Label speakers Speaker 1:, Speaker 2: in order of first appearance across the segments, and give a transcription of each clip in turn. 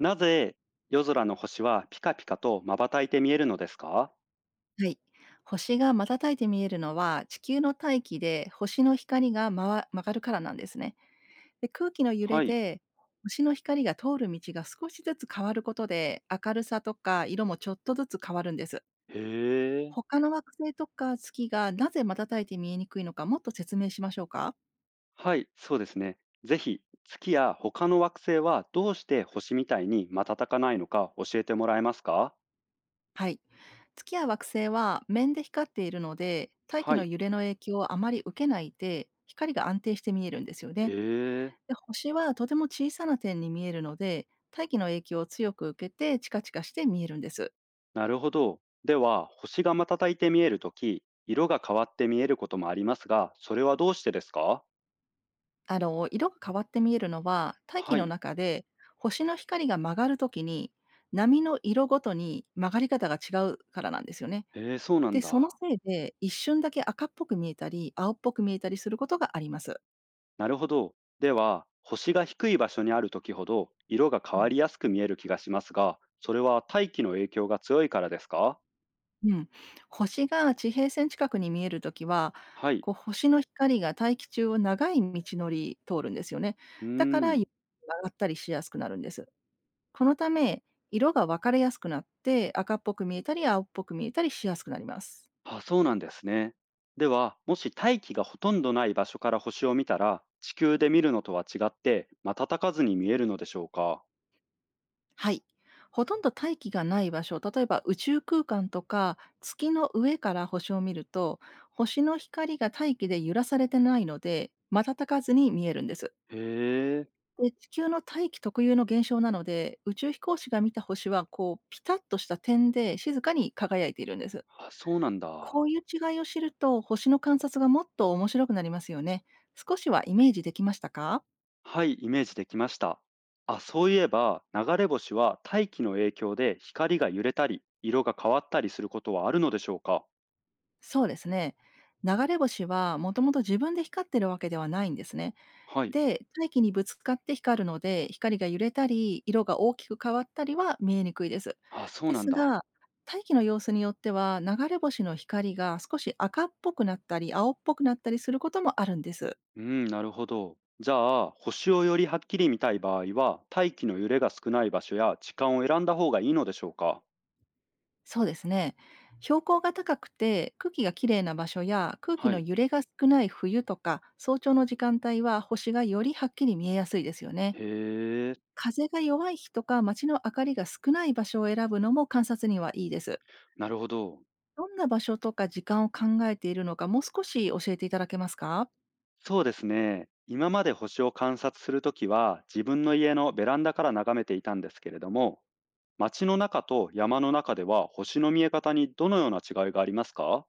Speaker 1: なぜ夜空の星はピカピカと瞬いて見えるのですか？
Speaker 2: はい。星が瞬いて見えるのは、地球の大気で星の光が曲がるからなんですね。で、空気の揺れ
Speaker 1: はい。
Speaker 2: で、星の光が通る道が少しずつ変わることで、明るさとか色もちょっとずつ変わるんです。
Speaker 1: へえ。
Speaker 2: 他の惑星とか月がなぜ瞬いて見えにくいのか、もっと説明しましょうか。
Speaker 1: はい、そうですね。ぜひ、月や他の惑星はどうして星みたいに瞬かないのか教えてもらえますか？
Speaker 2: はい。月や惑星は面で光っているので、大気
Speaker 1: は
Speaker 2: の
Speaker 1: い。
Speaker 2: 揺れの影響をあまり受けないで、光が安定して見えるんですよ
Speaker 1: へ
Speaker 2: ね。
Speaker 1: え。
Speaker 2: で、星はとても小さな点に見えるので、大気の影響を強く受けてチカチカして見えるんです。
Speaker 1: なるほど。では、星が瞬いて見えるとき、色が変わって見えることもありますが、それはどうしてですか？
Speaker 2: 色が変わって見えるのは、大
Speaker 1: は
Speaker 2: 気の
Speaker 1: い。
Speaker 2: 中で星の光が曲がるときに、波の色ごとに曲がり方が違うからなんですよね。
Speaker 1: へえ、そうなん
Speaker 2: で、その
Speaker 1: だ。
Speaker 2: せいで一瞬だけ赤っぽく見えたり、青っぽく見えたりすることがあります。
Speaker 1: なるほど。では、星が低い場所にある時ほど色が変わりやすく見える気がしますが、それは大気の影響が強いからですか？
Speaker 2: うん。星が地平線近くに見えるときは、
Speaker 1: はい。
Speaker 2: こう星の光が大気中を長い道のり通るんですよね。
Speaker 1: うー
Speaker 2: だから、
Speaker 1: ん。
Speaker 2: 曲がったりしやすくなるんです。このため、色が分かれやすくなって、赤っぽく見えたり青っぽく見えたりしやすくなります。
Speaker 1: あ、そうなんですね。では、もし大気がほとんどない場所から星を見たら、地球で見るのとは違って瞬かずに見えるのでしょうか？
Speaker 2: はい。ほとんど大気がない場所、例えば宇宙空間とか月の上から星を見ると、星の光が大気で揺らされてないので、瞬かずに見えるんです。
Speaker 1: へえ。
Speaker 2: で、地球の大気特有の現象なので、宇宙飛行士が見た星は、ピタッとした点で静かに輝いているんです。
Speaker 1: あ、そうなんだ。
Speaker 2: こういう違いを知ると、星の観察がもっと面白くなりますよね。少しはイメージできましたか？
Speaker 1: はい、イメージできました。あ、そういえば、流れ星は大気の影響で光が揺れたり、色が変わったりすることはあるのでしょうか？
Speaker 2: そうですね。流れ星はもともと自分で光ってるわけではないんですね。
Speaker 1: はい。
Speaker 2: で、大気にぶつかって光るので、光が揺れたり、色が大きく変わったりは見えにくいです。
Speaker 1: あ、そう
Speaker 2: で
Speaker 1: なん
Speaker 2: す
Speaker 1: だ。
Speaker 2: が、大気の様子によっては、流れ星の光が少し赤っぽくなったり、青っぽくなったりすることもあるんです。
Speaker 1: うん、なるほど。じゃあ、星をよりはっきり見たい場合は、大気の揺れが少ない場所や時間を選んだ方がいいのでしょうか？
Speaker 2: そうですね。標高が高くて空気がきれいな場所や空気
Speaker 1: は
Speaker 2: の
Speaker 1: い。
Speaker 2: 揺れが少ない冬とか早朝の時間帯は、星がよりはっきり見えやすいですよね。
Speaker 1: へえ、
Speaker 2: 風が弱い日とか街の明かりが少ない場所を選ぶのも、観察にはいいです。
Speaker 1: なるほど。
Speaker 2: どんな場所とか時間を考えているのか、もう少し教えていただけますか？
Speaker 1: そうですね。今まで星を観察するときは、自分の家のベランダから眺めていたんですけれども、街の中と山の中では星の見え方にどのような違いがありますか？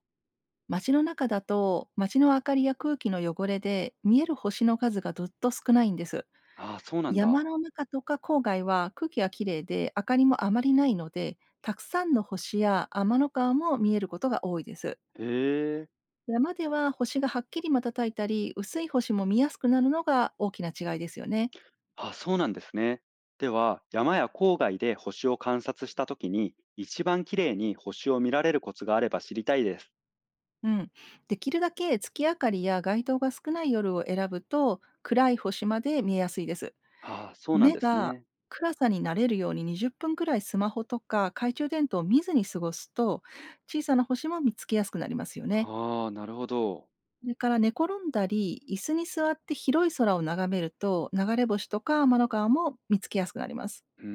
Speaker 2: 街の中だと、街の明かりや空気の汚れで、見える星の数がずっと少ないんです。
Speaker 1: ああ、そうなん
Speaker 2: 山
Speaker 1: だ。
Speaker 2: の中とか郊外は空気がきれいで、明かりもあまりないので、たくさんの星や天の川も見えることが多いです。
Speaker 1: へえ。
Speaker 2: 山では星がはっきり瞬いたり、薄い星も見やすくなるのが大きな違いですよね。
Speaker 1: あ、そうなんですね。では、山や郊外で星を観察したときに、一番綺麗に星を見られるコツがあれば知りたいです。
Speaker 2: うん、できるだけ月明かりや街灯が少ない夜を選ぶと、暗い星まで見えやすいです。
Speaker 1: ああ、そうなん
Speaker 2: 目
Speaker 1: です
Speaker 2: が
Speaker 1: ね。
Speaker 2: 暗さに慣れるように、20分くらいスマホとか懐中電灯を見ずに過ごすと、小さな星も見つけやすくなりますよね。
Speaker 1: ああ、なるほど。
Speaker 2: それから、寝転んだり椅子に座って広い空を眺めると、流れ星とか天の川も見つけやすくなります。
Speaker 1: うー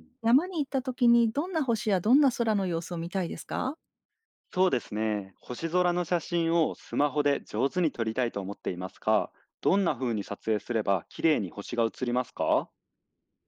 Speaker 1: ん。
Speaker 2: 山に行った時にどんな星やどんな空の様子を見たいですか？
Speaker 1: そうですね。星空の写真をスマホで上手に撮りたいと思っていますが、どんな風に撮影すれば綺麗に星が映りますか？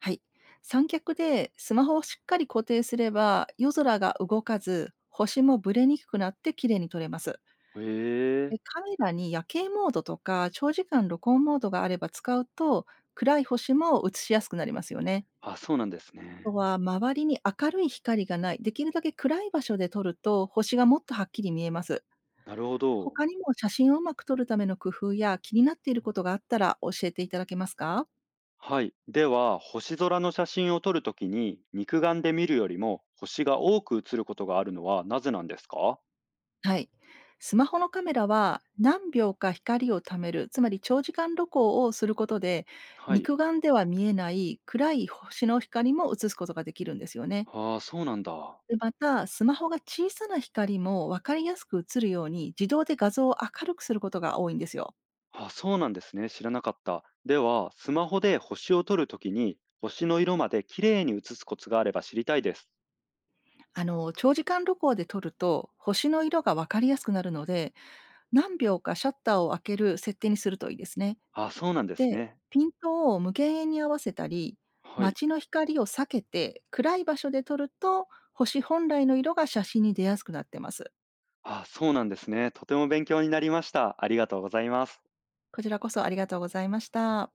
Speaker 2: はい。三脚でスマホをしっかり固定すれば、夜空が動かず、星もブレにくくなって綺麗に撮れます。
Speaker 1: へえ。
Speaker 2: で、カメラに夜景モードとか長時間録音モードがあれば使うと、暗い星も映しやすくなりますよね。
Speaker 1: あ、そうなんです
Speaker 2: あ
Speaker 1: ね。
Speaker 2: とは、周りに明るい光がない、できるだけ暗い場所で撮ると、星がもっとはっきり見えます。
Speaker 1: なるほど。
Speaker 2: 他にも写真をうまく撮るための工夫や気になっていることがあったら、教えていただけますか？
Speaker 1: はい。では、星空の写真を撮るときに、肉眼で見るよりも星が多く写ることがあるのはなぜなんですか？
Speaker 2: はい。スマホのカメラは何秒か光を貯める、つまり長時間露光をすることで、
Speaker 1: はい。
Speaker 2: 肉眼では見えない暗い星の光も映すことができるんですよね。
Speaker 1: ああ、そうなんだ。
Speaker 2: で、また、スマホが小さな光も分かりやすく映るように、自動で画像を明るくすることが多いんですよ。
Speaker 1: あそうなんですね。知らなかった。では、スマホで星を撮るときに、星の色まで綺麗に写すコツがあれば知りたいです。
Speaker 2: 長時間露光で撮ると、星の色が分かりやすくなるので、何秒かシャッターを開ける設定にするといいですね。
Speaker 1: あそうなんです
Speaker 2: で、
Speaker 1: ね。
Speaker 2: ピントを無限遠に合わせたり、
Speaker 1: はい。
Speaker 2: 街の光を避けて暗い場所で撮ると、星本来の色が写真に出やすくなってます。
Speaker 1: あそうなんですね。とても勉強になりました。ありがとうございます。
Speaker 2: こちらこそありがとうございました。